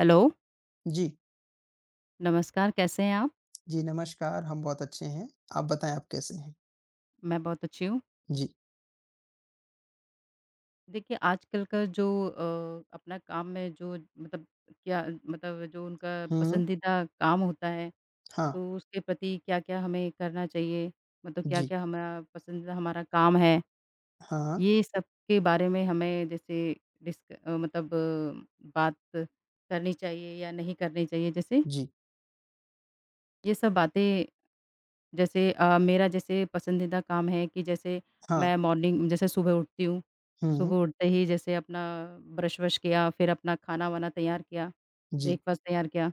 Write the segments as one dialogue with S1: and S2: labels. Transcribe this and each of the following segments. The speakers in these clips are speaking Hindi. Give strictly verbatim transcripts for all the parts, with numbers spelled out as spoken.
S1: हेलो,
S2: जी,
S1: नमस्कार कैसे हैं आप?
S2: जी नमस्कार, हम बहुत अच्छे हैं। आप बताएँ आप कैसे हैं?
S1: मैं बहुत अच्छी हूँ।
S2: जी।
S1: देखिए आजकल का जो अ, अपना काम में जो मतलब क्या मतलब जो उनका
S2: हुँ,
S1: पसंदीदा काम होता है,
S2: हाँ,
S1: तो उसके प्रति क्या-क्या हमें करना चाहिए? मतलब
S2: जी,
S1: क्या-क्या हमारा पसंदीदा हमारा काम है,
S2: हाँ,
S1: ये सब के बारे में हमें जैसे डिस्क अ, मतलब अ, बात करनी चाहिए या नहीं करनी चाहिए? जैसे
S2: जी,
S1: ये सब बातें जैसे अ, मेरा जैसे पसंदीदा काम है कि जैसे
S2: हाँ,
S1: मैं मॉर्निंग जैसे सुबह उठती हूँ,
S2: हुँ,
S1: सुबह उठते ही जैसे अपना ब्रश वश किया, फिर अपना खाना-वाना तैयार किया,
S2: जी,
S1: ब्रेकफ़ास्ट तैयार किया।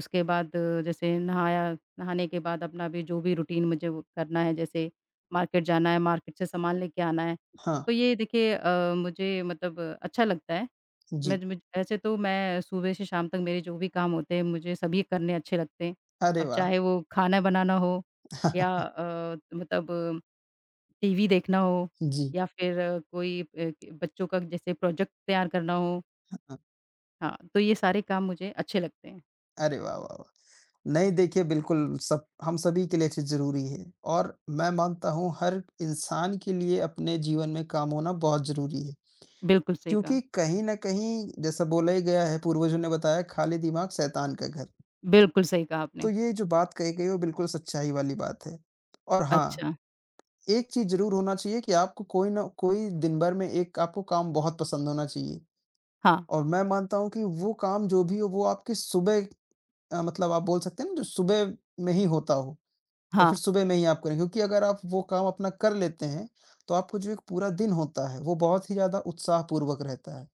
S1: उसके बाद अ, जैसे नहाया, नहाने के बाद अपना भी जो भी रूटीन मुझे वो करना है, जैसे मार्केट जाना है, मार्केट से सामान लेके आना है।
S2: हाँ,
S1: तो ये देखिए अ, मुझे मतलब अच्छा लगता है। मैं
S2: जी।
S1: ज मुझ ऐसे तो मैं सुबह से शाम तक मेरे जो भी काम होते हैं, मुझे सभी करने अच्छे लगते हैं।
S2: अरे
S1: अब
S2: वाह!
S1: चाहे वो खाना बनाना हो या अ, मतलब टीवी देखना हो
S2: जी,
S1: या फिर अ, कोई अ, बच्चों का जैसे प्रोजेक्ट तैयार करना हो,
S2: हाँ।
S1: हाँ, तो ये सारे काम मुझे अच्छे लगते हैं।
S2: अरे वाह, वाह, वाह! नहीं देखिए बिल्कुल सब हम सभी के लिए चीज़ ज़रूरी है और मैं मानता हूँ हर इंसान के लिए अपने जीवन में काम होना बहुत ज़रूरी है।
S1: बिल्कुल सही कहा,
S2: क्योंकि कहीं न कहीं जैसा बोला ही गया है पूर्वजों ने बताया खाली दिमाग शैतान का घर।
S1: बिल्कुल सही कहा
S2: तो
S1: आपने।
S2: ये जो बात कही गई है, वो बिल्कुल सच्चाई वाली बात है। और हाँ,
S1: अच्छा,
S2: एक चीज़ ज़रूर होना चाहिए कि आपको कोई ना कोई दिन भर में एक आपको काम बहुत पसंद होना चाहिए।
S1: हाँ,
S2: और मैं मानता हूँ कि वो काम जो भी हो वो आपके सुबह अ, मतलब आप बोल सकते हैं ना जो सुबह में ही होता हो या
S1: हाँ,
S2: फिर सुबह में ही आप करें क्योंकि अगर आप वो काम अपना कर लेते हैं, तो आपको जो एक पूरा दिन होता है, वो बहुत ही ज़्यादा उत्साहपूर्वक रहता है।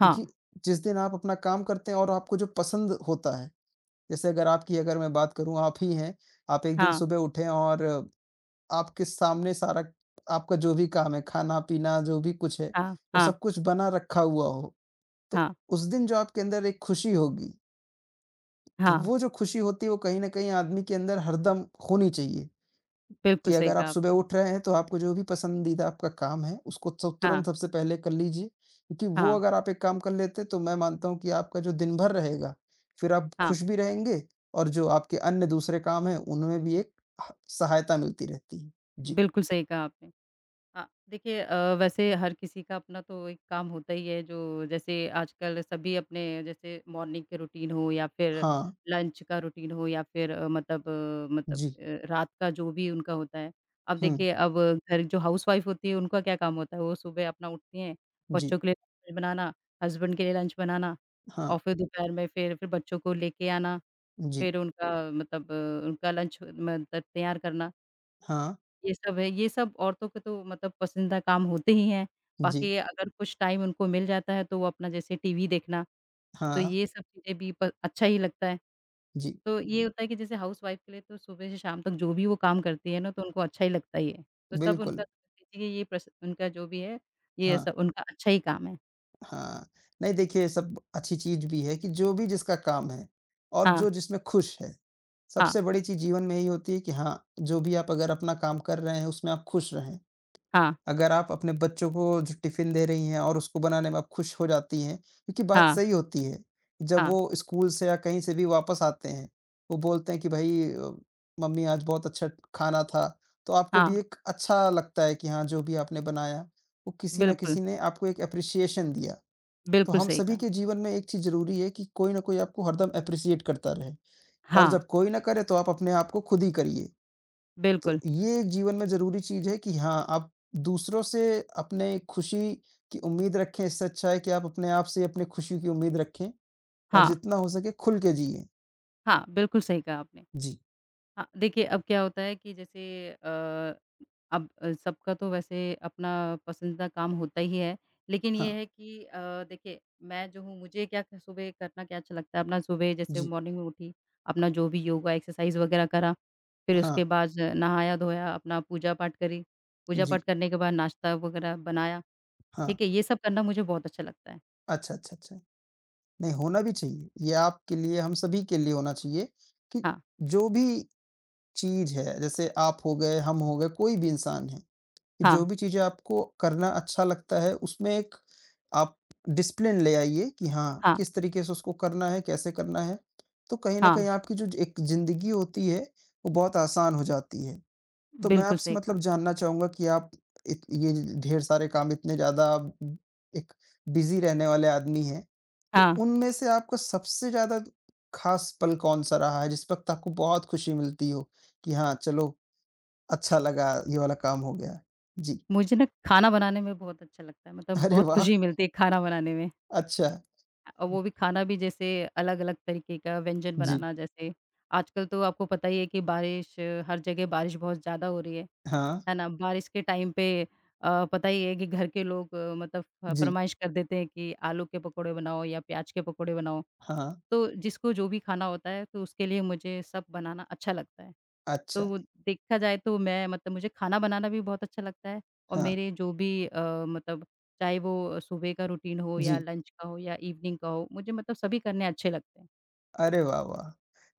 S2: क्योंकि
S1: हाँ,
S2: जिस दिन आप अपना काम करते हैं और आपको जो पसंद होता है जैसे अगर आपकी अगर मैं बात करूँ, आप ही हैं, आप एक दिन
S1: हाँ,
S2: सुबह उठे और आपके सामने सारा आपका जो भी काम है, खाना-पीना जो भी कुछ है,
S1: हाँ,
S2: वो
S1: हाँ,
S2: सब कुछ बना रखा हुआ हो, तो
S1: हाँ,
S2: उस दिन जो आपके अंदर एक खुशी होगी, तो
S1: हाँ,
S2: वो जो खुशी होती है, वो कहीं न कहीं आदमी के अंदर हरदम होनी चाहिए। कि
S1: बिल्कुल सही
S2: अगर आप
S1: कहा
S2: सुबह
S1: आपने।
S2: उठ रहे हैं तो आपको जो भी पसंदीदा आपका काम है उसको तो
S1: हाँ,
S2: तुरंत सबसे पहले कर लीजिए, क्योंकि वो
S1: हाँ,
S2: अगर आप एक काम कर लेते तो मैं मानता हूँ कि आपका जो दिन भर रहेगा, फिर आप
S1: हाँ,
S2: खुश भी रहेंगे और जो आपके अन्य दूसरे काम हैं उनमें भी एक ह सहायता मिलती रहती है। जी।
S1: बिल्कुल सही कहा आपने। हाँ, देखिए अ, वैसे हर किसी का अपना तो एक काम होता ही है जो जैसे आजकल सभी अपने जैसे मॉर्निंग के रूटीन हो या फिर
S2: हाँ।
S1: लंच का रूटीन हो या फिर अ, मतलब अ, मतलब
S2: जी।
S1: अ, रात का जो भी उनका होता है। अब
S2: हुँ।
S1: देखिए अब घर जो हाउसवाइफ होती है उनका क्या काम होता है, वो सुबह अपना उठती हैं,
S2: जी।
S1: बच्चों के लिए लंच बनाना, हस्बैंड के लिए लंच बनाना
S2: हाँ।
S1: और फिर दोपहर में फिर फिर बच्चों को लेके आना,
S2: जी।
S1: फिर उनका मतलब अ, उनका लंच मतलब तैयार करना।
S2: हाँ।
S1: ये सब है, ये सब औरतों के तो मतलब पसंदीदा काम होते ही हैं,
S2: जी।
S1: बाकी अगर कुछ टाइम उनको मिल जाता है तो वो अपना जैसे टीवी देखना, तो
S2: हाँ।
S1: ये सब चीज़ें भी प अच्छा ही लगता है।
S2: जी।
S1: तो ये होता है कि जैसे हाउसवाइफ़ के लिए तो सुबह से शाम तक जो भी वो काम करती है ना तो उनको अच्छा ही लगता ही है। तो सब उनका
S2: बिल्कुल।
S1: देखिए ये प्रस उनका जो भी है, ये
S2: हाँ।
S1: सब उनका अच्छा ही काम है।
S2: हाँ, नहीं देखिए, सब अच्छी चीज़ भी है कि जो भी जिसका काम है और
S1: हाँ,
S2: जो जिसमें खुश है।
S1: हाँ,
S2: सबसे बड़ी चीज़ जीवन में यही होती है कि हाँ, जो भी आप अगर अपना काम कर रहे हैं, उसमें आप खुश रहें।
S1: हाँ,
S2: अगर आप अपने बच्चों को जो टिफ़िन दे रही हैं और उसको बनाने में आप खुश हो जाती हैं, क्योंकि बात
S1: हाँ,
S2: सही होती है। जब
S1: हाँ,
S2: वो स्कूल से या कहीं से भी वापस आते हैं, वो बोलते हैं कि भई अ, मम्मी आज बहुत अच्छा खाना था, तो आपको
S1: हाँ,
S2: भी एक अच्छा लगता है कि हाँ, जो भी आपने बनाया, वो किसी न
S1: बिल्कुल,
S2: किसी ने आपको एक एप्रिसिएशन दिया। तो
S1: बिल्कुल
S2: हम
S1: सही
S2: सभी
S1: कहा।
S2: के जीवन में एक चीज़ ज़रूरी है कि कोई ना कोई आपको हरदम एप्रिशिएट करता रहे और
S1: हाँ,
S2: जब कोई ना करे तो आप अपने आप को खुद ही करिए। तो
S1: बिल्कुल,
S2: ये एक जीवन में ज़रूरी चीज़ है कि हाँ, आप दूसरों से अपने खुशी की उम्मीद रखें, इससे अच्छा है कि आप अपने आप से अपनी खुशी की उम्मीद रखें और
S1: हाँ,
S2: जितना हो सके खुल के जिएँ।
S1: हाँ, बिल्कुल सही कहा आपने।
S2: जी,
S1: हाँ, देखिए अब क्या होता है कि जैसे अ, अब अ, सबका तो वैसे अपना पसंदीदा काम होता ही है। लेकिन
S2: हाँ,
S1: ये है कि अ, देखिए मैं जो हूँ मुझे क्या क सुबह करना क्या अच्छा लगता है अपना सुबह जैसे
S2: जी,
S1: मॉर्निंग में उठी, अपना जो भी योगा एक्सरसाइज़ वगैरह करा, फिर
S2: हाँ,
S1: उसके बाद नहाया-धोया, अपना पूजा-पाठ करी,
S2: जी,
S1: पूजा-पाठ करने के बाद नाश्ता वगैरह बनाया,
S2: हाँ।
S1: ठीक है? ये सब करना मुझे बहुत अच्छा लगता है।
S2: अच्छा, अच्छा, अच्छा। नहीं, होना भी चाहिए। ये आपके लिए, हम सभी के लिए होना चाहिए कि
S1: हाँ,
S2: जो भी चीज़ है, जैसे आप हो गए, हम हो गए, कोई भी इंसान है, कि
S1: हाँ,
S2: जो भी चीज़ें आपको करना अच्छा लगता है, उसमें एक आप डिसिप्लिन ले आइए कि हाँ,
S1: हाँ,
S2: किस तरीके से उसको करना है, कैसे करना है। तो कहीं न
S1: हाँ,
S2: कहीं आपकी जो ज एक ज़िंदगी होती है, वो बहुत आसान हो जाती है। तो मैं
S1: बिल्कुल
S2: आपसे
S1: सही
S2: मतलब
S1: कहा।
S2: जानना चाहूँगा कि आप इत ये ढेर सारे काम इतने ज़्यादा आप एक बिज़ी रहने वाले आदमी हैं, तो
S1: हाँ।
S2: उनमें से आपका सबसे ज़्यादा ख़ास पल कौन-सा रहा है, जिस वक़्त आपको बहुत खुशी मिलती हो कि हाँ, चलो अच्छा लगा, ये वाला काम हो गया? जी।
S1: मुझे ना खाना बनाने में बहुत अच्छा लगता है, मतलब
S2: अरे
S1: बहुत
S2: वाह!
S1: खुशी मिलती है खाना बनाने में।
S2: अच्छा,
S1: और वो भी खाना भी जैसे अलग-अलग तरीके का व्यंजन
S2: जी,
S1: बनाना जैसे आजकल तो आपको पता ही है कि बारिश हर जगह बारिश बहुत ज़्यादा हो रही है।
S2: हाँ,
S1: है ना? बारिश के टाइम पे अ, पता ही है कि घर के लोग अ, मतलब फ
S2: जी,
S1: फरमाइश कर देते हैं कि आलू के पकौड़े बनाओ या प्याज के पकौड़े बनाओ।
S2: हाँ,
S1: तो जिसको जो भी खाना होता है तो उसके लिए मुझे सब बनाना अच्छा लगता है। तो
S2: अच्छा,
S1: वो देखा जाए तो मैं मतलब मुझे खाना बनाना भी बहुत अच्छा लगता है और
S2: हाँ,
S1: मेरे जो भी अ, मतलब चाहे वो अ, सुबह का रूटीन हो या
S2: जी,
S1: लंच का हो या इवनिंग का हो, मुझे मतलब सभी करने अच्छे लगते हैं।
S2: अरे वाह, वाह!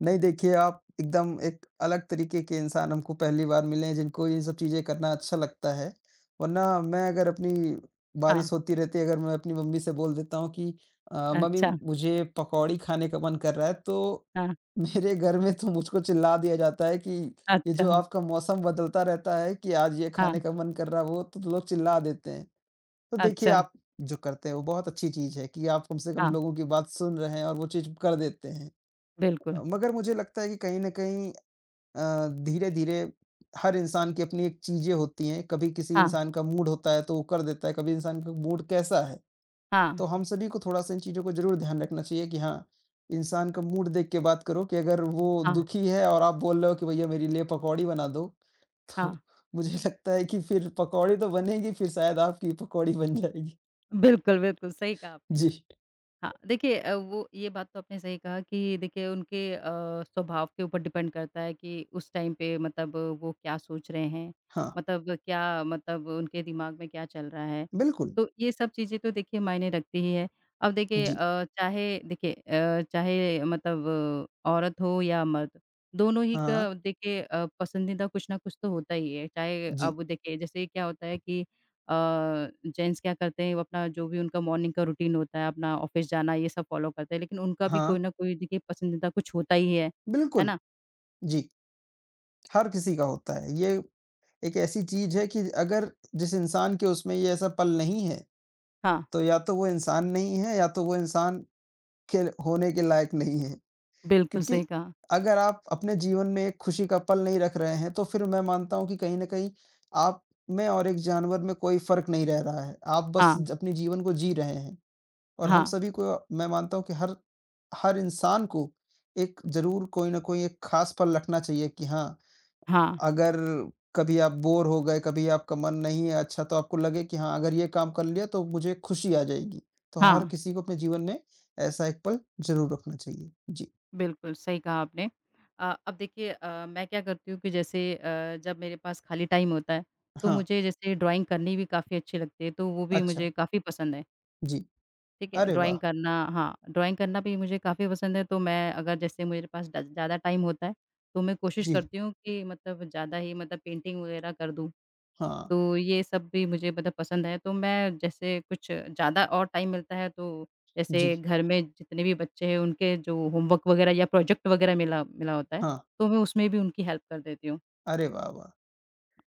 S2: नहीं देखिए, आप एकदम एक अलग तरीके के इंसान हमको पहली बार मिले हैं जिनको ये सब चीज़ें करना अच्छा लगता है। वरना मैं अगर अपनी
S1: हाँ,
S2: बारिश होती रहती है, अगर मैं अपनी मम्मी से बोल देता हूँ कि अ, मम्मी
S1: अच्छा,
S2: मुझे पकौड़ी खाने का मन कर रहा है, तो
S1: हाँ,
S2: मेरे घर में तो मुझको चिल्ला दिया जाता है कि ये जो
S1: अच्छा,
S2: आपका मौसम बदलता रहता है कि आज ये
S1: हाँ,
S2: खाने का मन कर रहा है, वो तो लोग चिल्ला देते हैं। तो देखिए,
S1: अच्छा,
S2: आप जो करते हैं वो बहुत अच्छी चीज़ है कि आप कम से कम
S1: हाँ,
S2: लोगों की बात सुन रहे हैं और वो चीज़ कर देते हैं। अ,
S1: बिल्कुल।
S2: मगर मुझे लगता है कि कहीं न कहीं अ, धीरे-धीरे हर इंसान की अपनी एक चीज़ें होती हैं, कभी किसी
S1: हाँ,
S2: इंसान का मूड होता है तो वो कर देता है, कभी इंसान का मूड कैसा है।
S1: हाँ,
S2: तो हम सभी को थोड़ा-सा इन चीज़ों को ज़रूर ध्यान रखना चाहिए कि हाँ, इंसान का मूड देख के बात करो कि अगर वो
S1: हाँ,
S2: दुखी है और आप बोल रहे हो कि भैया मेरे लिए पकौड़ी बना दो, तो
S1: हाँ,
S2: मुझे लगता है कि फिर पकौड़ी तो बनेगी, फिर शायद आपकी पकौड़ी बन जाएगी।
S1: बिल्कुल, बिल्कुल, सही कहा आपने।
S2: जी,
S1: हाँ, देखिए अ, वो ये बात तो आपने सही कहा कि देखिए उनके अ, स्वभाव के ऊपर डिपेंड करता है कि उस टाइम पे मतलब वो क्या सोच रहे हैं,
S2: हाँ।
S1: मतलब क्या मतलब उनके दिमाग में क्या चल रहा है।
S2: बिल्कुल,
S1: तो ये सब चीज़ें तो देखिए मायने रखती ही है। अब देखिए
S2: जी,
S1: अ, चाहे देखिए अ, चाहे मतलब अ, औरत हो या मर्द, दोनों ही
S2: हाँ,
S1: का देखिए अ, पसंदीदा कुछ ना कुछ तो होता ही है। चाहे
S2: जी,
S1: अब देखिए जैसे क्या होता है कि अ, जेंट्स क्या करते हैं वो अपना जो भी उनका मॉर्निंग का रूटीन होता है, अपना ऑफ़िस जाना ये सब फ़ॉलो करते हैं, लेकिन उनका भी
S2: हाँ,
S1: कोई न कोई देखिए पसंदीदा कुछ होता ही है, है
S2: बिल्कुल,
S1: ना?
S2: जी, हर किसी का होता है। ये एक ऐसी चीज़ है कि अगर जिस इंसान के उसमें ये ऐसा पल नहीं है,
S1: हाँ,
S2: तो या तो वो इंसान नहीं है या तो वो इंसान के होने के लायक नहीं है।
S1: बिल्कुल
S2: क्योंकि
S1: सही कहा।
S2: अगर आप अपने जीवन में एक खुशी का पल नहीं रख रहे हैं, तो फिर मैं मानता हूँ कि कहीं न कहीं आप में और एक जानवर में कोई फ़र्क नहीं रह रहा है। आप बस
S1: हाँ,
S2: ज अपने जीवन को जी रहे हैं। और हम
S1: हाँ,
S2: सभी को मैं मानता हूँ कि हर हर इंसान को एक ज़रूर कोई न कोई एक ख़ास पल रखना चाहिए कि हाँ,
S1: हाँ,
S2: अगर कभी आप बोर हो गए, कभी आपका मन नहीं है अच्छा तो आपको लगे कि हाँ, अगर ये काम कर लिया तो मुझे खुशी आ जाएगी। तो हर
S1: हाँ,
S2: किसी को अपने जीवन में ऐसा एक पल ज़रूर रखना चाहिए। जी,
S1: बिल्कुल सही कहा आपने। अ, अब देखिए अ, मैं क्या करती हूँ कि जैसे अ, जब मेरे पास खाली टाइम होता है, तो
S2: हाँ,
S1: मुझे जैसे ड्राइंग करनी भी काफ़ी अच्छी लगती है, तो वो भी
S2: अच्छा,
S1: मुझे काफ़ी पसंद है।
S2: जी,
S1: ठीक है,
S2: अरे
S1: ड्राइंग
S2: वाह!
S1: करना हाँ, ड्राइंग करना भी मुझे काफ़ी पसंद है, तो मैं अगर जैसे मेरे पास ड ज़्यादा टाइम होता है, तो मैं कोशिश
S2: जी,
S1: करती हूँ कि मतलब ज़्यादा ही मतलब पेंटिंग वगैरह कर दूँ।
S2: हाँ,
S1: तो ये सब भी मुझे मतलब पसंद है, तो मैं जैसे कुछ ज़्यादा और टाइम मिलता है, तो
S2: जी,
S1: जैसे घर में जितने भी बच्चे हैं, उनके जो होमवर्क वगैरह या प्रोजेक्ट वगैरह मिला मिला होता है,
S2: हाँ,
S1: तो मैं उसमें भी उनकी हेल्प कर देती हूँ।
S2: अरे वाह, वाह!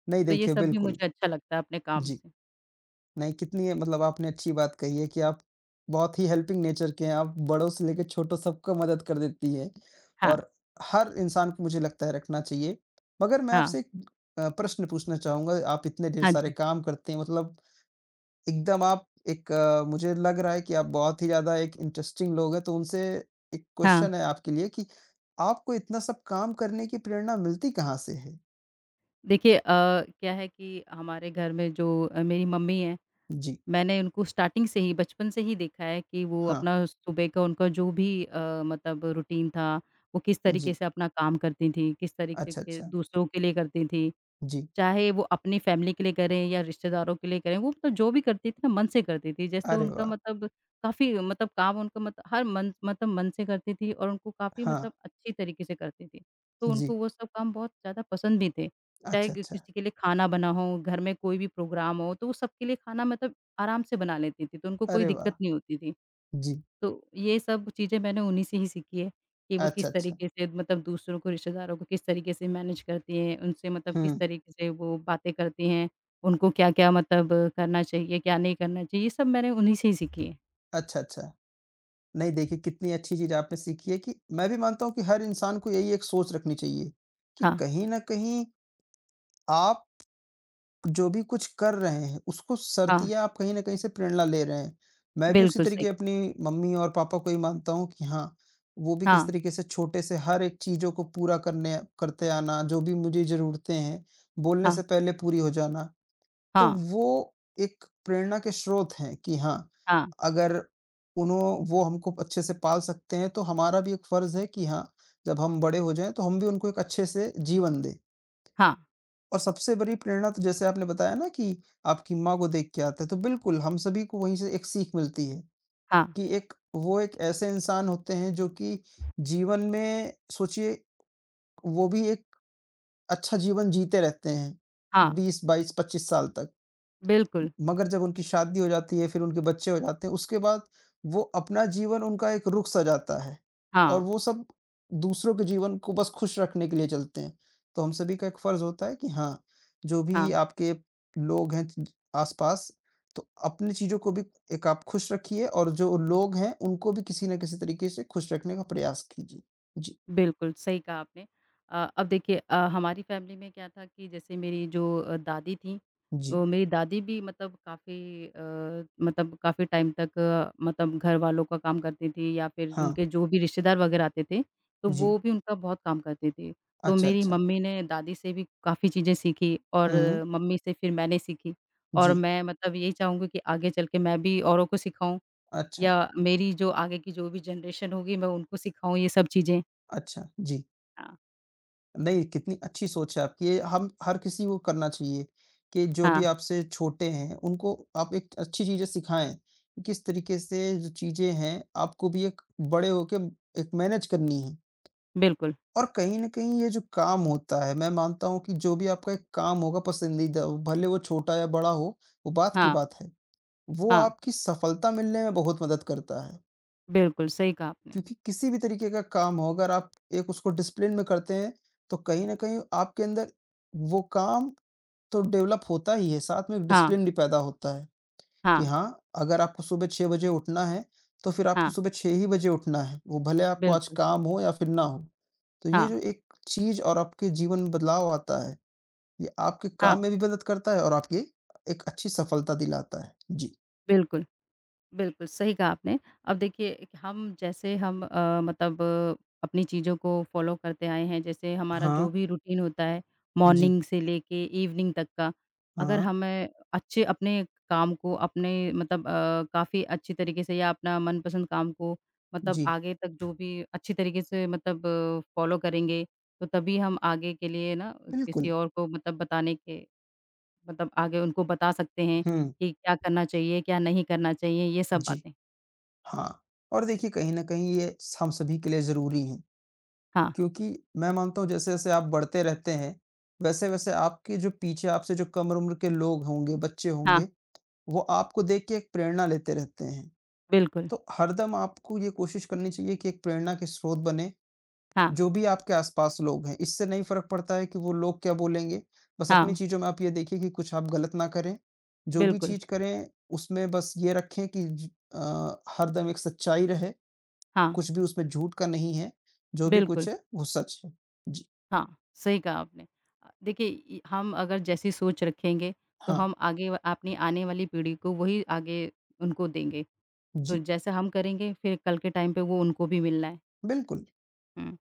S2: नहीं
S1: तो ये
S2: देखिए
S1: सब भी
S2: बिल्कुल,
S1: मुझे अच्छा लगता है अपने काम
S2: जी।
S1: से।
S2: नहीं, कितनी है मतलब आपने अच्छी बात कही है कि आप बहुत ही हेल्पिंग नेचर के हैं, आप बड़ों से लेके छोटों सबको मदद कर देती हैं
S1: हाँ,
S2: और हर इंसान को मुझे लगता है रखना चाहिए। मगर मैं
S1: हाँ।
S2: आपसे एक अ, प्रश्न पूछना चाहूँगा, आप इतने ढेर
S1: हाँ
S2: सारे
S1: जी।
S2: काम करते हैं मतलब एकदम आप एक अ, मुझे लग रहा है कि आप बहुत ही ज़्यादा एक इंटरेस्टिंग लोग हैं, तो उनसे एक
S1: हाँ।
S2: क्वेश्चन है आपके लिए कि आपको इतना सब काम करने की प्रेरणा मिलती कहाँ से है?
S1: देखिए अ, क्या है कि हमारे घर में जो अ, मेरी मम्मी हैं,
S2: जी,
S1: मैंने उनको स्टार्टिंग से ही बचपन से ही देखा है कि वो
S2: हाँ,
S1: अपना सुबह का उनका जो भी अ, मतलब रूटीन था, वो किस तरीके
S2: जी,
S1: से अपना काम करती थीं, किस तरीके से
S2: अच्छा,
S1: के-
S2: अच्छा,
S1: दूसरों के लिए करती थीं।
S2: जी,
S1: चाहे वो अपनी फैमिली के लिए करें या रिश्तेदारों के लिए करें, वो मतलब जो भी करती थी ना मन से करती थी। जैसे
S2: अरे
S1: उनका
S2: वाह!
S1: मतलब काफ़ी मतलब काम उनका मत हर मन मतलब मन से करती थी और उनको काफ़ी
S2: हाँ,
S1: मतलब अच्छी तरीके से करती थी। तो
S2: जी।
S1: उनको वो सब काम बहुत ज़्यादा पसंद भी थे। चाहे
S2: अच्छा,
S1: कि
S2: अच्छा।
S1: किसी के लिए खाना बना हो, घर में कोई भी प्रोग्राम हो, तो वो सबके लिए खाना मतलब आराम से बना लेती थी, तो उनको कोई
S2: अरे वाह!
S1: दिक्कत नहीं होती थी।
S2: जी।
S1: तो ये सब चीज़ें मैंने उन्हीं से ही सीखी है। कि वो
S2: अच्छा,
S1: किस
S2: अच्छा।
S1: तरीके से मतलब दूसरों को रिश्तेदारों को किस तरीके से मैनेज करती हैं, उनसे मतलब किस
S2: हुँ।
S1: तरीके से वो बातें करती हैं, उनको क्या-क्या मतलब करना चाहिए, क्या नहीं करना चाहिए, ये सब मैंने उन्हीं से ही सीखी है।
S2: अच्छा, अच्छा। नहीं देखिए कितनी अच्छी चीज़ आपने सीखी है कि मैं भी मानता हूँ कि हर इंसान को यही एक सोच रखनी चाहिए, कि
S1: हाँ,
S2: कहीं न कहीं आप जो भी कुछ कर रहे हैं, उसको
S1: हाँ,
S2: सर्तिया आप कहीं न कहीं से प्रेरणा ले रहे हैं। मैं भी उसी
S1: बिल्कुल सही
S2: तरीके
S1: कहा।
S2: अपनी मम्मी और पापा को ही मानता हूँ कि हाँ, वो भी किस
S1: हाँ,
S2: तरीके से छोटे से हर एक चीज़ों को पूरा करने करते आना, जो भी मुझे ज़रूरतें हैं, बोलने
S1: हाँ,
S2: से पहले पूरी हो जाना। तो
S1: हाँ,
S2: वो एक प्रेरणा के स्रोत हैं कि हाँ,
S1: हाँ,
S2: अगर उन्हों वो हमको अच्छे से पाल सकते हैं, तो हमारा भी एक फ़र्ज़ है कि हाँ, जब हम बड़े हो जाएँ, तो हम भी उनको एक अच्छे से जीवन दें।
S1: हाँ,
S2: और सबसे बड़ी प्रेरणा तो जैसे आपने बताया ना कि आपकी माँ को देख के आता है, तो बिल्कुल हम सभी को वहीं से एक सीख मिलती है
S1: हाँ,
S2: कि एक वो एक ऐसे इंसान होते हैं जो कि जीवन में सोचिए वो भी एक अच्छा जीवन जीते रहते हैं,
S1: हाँ,
S2: बीस, बाईस, पच्चीस साल तक।
S1: बिल्कुल।
S2: मगर जब उनकी शादी हो जाती है, फिर उनके बच्चे हो जाते हैं, उसके बाद वो अपना जीवन उनका एक रुख सा जाता है
S1: हाँ,
S2: और वो सब दूसरों के जीवन को बस खुश रखने के लिए चलते हैं। तो हम सभी का एक फ़र्ज़ होता है कि हाँ, जो
S1: हाँ।
S2: भी आपके लोग हैं ज आस-पास, तो अपनी चीज़ों को भी एक आप खुश रखिए और जो लोग हैं, उनको भी किसी न किसी तरीके से खुश रखने का प्रयास कीजिए। जी,
S1: बिल्कुल, सही कहा आपने। अ, अब देखिए अ, हमारी फैमिली में क्या था कि जैसे मेरी जो अ, दादी थीं,
S2: जी,
S1: तो मेरी दादी भी मतलब काफ़ी अ, मतलब काफ़ी टाइम तक अ, मतलब घर वालों का काम करती थीं या फिर
S2: हाँ,
S1: उनके जो भी रिश्तेदार वगैरह आते थे, तो
S2: जी।
S1: वो भी उनका बहुत काम करती थीं। तो
S2: अच्छा,
S1: मेरी
S2: अच्छा।
S1: मम्मी ने दादी से भी काफ़ी चीज़ें सीखी और
S2: हुँ,
S1: मम्मी से फिर मैंने सीखी और
S2: जी।
S1: मैं मतलब यही चाहूँगी कि आगे चल के मैं भी औरों को सिखाऊँ
S2: अच्छा,
S1: या मेरी जो आगे की जो भी जनरेशन होगी, मैं उनको सिखाऊँ ये सब चीज़ें।
S2: अच्छा, जी।
S1: हाँ।
S2: नहीं, कितनी अच्छी सोच है आपकी ये। हम हर किसी को करना चाहिए कि जो भी
S1: हाँ,
S2: आपसे छोटे हैं, उनको आप एक अच्छी चीज़ें सिखाएँ। किस तरीके से जो चीज़ें हैं, आपको भी एक बड़े होके एक मैनेज करनी है।
S1: बिल्कुल।
S2: और कहीं न कहीं ये जो काम होता है, मैं मानता हूँ कि जो भी आपका एक काम होगा पसंदीदा, वो भले वो छोटा या बड़ा हो, वो बात की
S1: हाँ,
S2: बात है। वो
S1: हाँ,
S2: आपकी सफलता मिलने में बहुत मदद करता है।
S1: बिल्कुल, सही कहा आपने।
S2: क्योंकि किसी भी तरीके का काम हो अगर आप एक उसको डिसिप्लिन में करते हैं, तो कहीं न कहीं आपके अंदर वो काम तो डेवलप होता ही है, साथ में एक
S1: हाँ,
S2: डिसिप्लिन भी पैदा होता है
S1: हाँ,
S2: कि हाँ, अगर आपको सुबह छह बजे उठना है, तो फिर आपको
S1: हाँ,
S2: सुबह छह ही बजे उठना है, वो भले आपको आज
S1: बिल्कुल।
S2: काम हो या फिर ना हो। तो ये
S1: हाँ,
S2: जो एक चीज़ और आपके जीवन में बदलाव आता है, ये आपके
S1: हाँ,
S2: काम में भी मदद करता है और आपकी एक अच्छी सफलता दिलाता है। जी।
S1: बिल्कुल। बिल्कुल, सही कहा आपने। अब देखिए, एक हम जैसे हम अ, मतलब अ, अपनी चीज़ों को फ़ॉलो करते आए हैं, जैसे हमारा
S2: हाँ,
S1: जो भी रूटीन होता है,
S2: जी,
S1: मॉर्निंग से लेके इवनिंग तक का, अगर
S2: हाँ,
S1: हमें अच्छे अपने काम को अपने मतलब अ, काफ़ी अच्छी तरीके से या अपना मनपसंद काम को मतलब
S2: जी,
S1: आगे तक जो भी अच्छी तरीके से मतलब फ़ॉलो करेंगे, तो तभी हम आगे के लिए ना किसी
S2: बिल्कुल।
S1: और को मतलब बताने के मतलब आगे उनको बता सकते हैं
S2: हुँ,
S1: कि क्या करना चाहिए, क्या नहीं करना चाहिए, ये सब
S2: जी।
S1: बातें।
S2: हाँ, और देखिए कहीं न कहीं ये हम सभी के लिए ज़रूरी हैं,
S1: हाँ,
S2: क्योंकि मैं मानता हूँ जैसे-जैसे आप बढ़ते रहते हैं, वैसे-वैसे आपके जो पीछे आपसे जो कम उम्र के लोग होंगे, बच्चे
S1: हाँ,
S2: होंगे, वो आपको देख के एक प्रेरणा लेते रहते हैं।
S1: बिल्कुल।
S2: तो हरदम आपको ये कोशिश करनी चाहिए कि एक प्रेरणा के स्रोत बने,
S1: हाँ,
S2: जो भी आपके आस-पास लोग हैं। इससे नहीं फ़र्क पड़ता है कि वो लोग क्या बोलेंगे, बस अपनी
S1: हाँ,
S2: चीज़ों में आप ये देखिए कि कुछ आप गलत ना करें। जो भी
S1: बिल्कुल।
S2: चीज़ करें, उसमें बस ये रखें कि ज अ, हरदम एक सच्चाई रहे
S1: हाँ,
S2: कुछ भी उसमें झूठ का नहीं है, जो भी कुछ
S1: बिल्कुल।
S2: है वो सच है। जी,
S1: हाँ, सही कहा आपने। अ, देखिए इ हम अगर जैसी सोच रखेंगे तो
S2: हाँ,
S1: हम आगे व अपनी आने वाली पीढ़ी को वही आगे उनको देंगे। तो
S2: जी,
S1: जैसा हम करेंगे फिर कल के टाइम पे वो उनको भी मिलना है।
S2: बिल्कुल
S1: हुँ,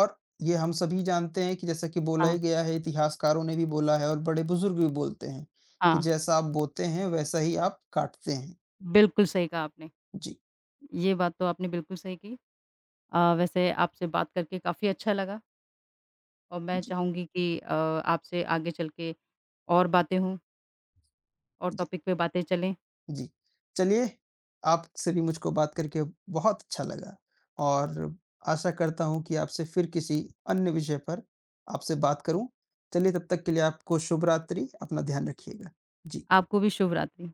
S2: और ये हम सभी जानते हैं कि जैसा कि बोला
S1: हाँ,
S2: ही गया है, इतिहासकारों ने भी बोला है और बड़े बुजुर्ग भी बोलते हैं, कि
S1: हाँ,
S2: जैसा आप बोते हैं वैसा ही आप काटते हैं।
S1: बिल्कुल सही कहा आपने।
S2: जी,
S1: ये बात तो आपने बिल्कुल सही की। अ, वैसे आपसे बात करके काफ़ी अच्छा लगा और मैं
S2: जी,
S1: चाहूँगी कि अ, आपसे आगे चल के और बातें हों और
S2: जी,
S1: टॉपिक पे बातें चलें।
S2: जी। चलिए, आपसे भी मुझको बात करके बहुत अच्छा लगा और आशा करता हूँ कि आपसे फिर किसी अन्य विषय पर आपसे बात करूँ। चलिए तब तक के लिए आपको शुभ रात्रि, अपना ध्यान रखिएगा। जी।
S1: आपको भी शुभ रात्रि।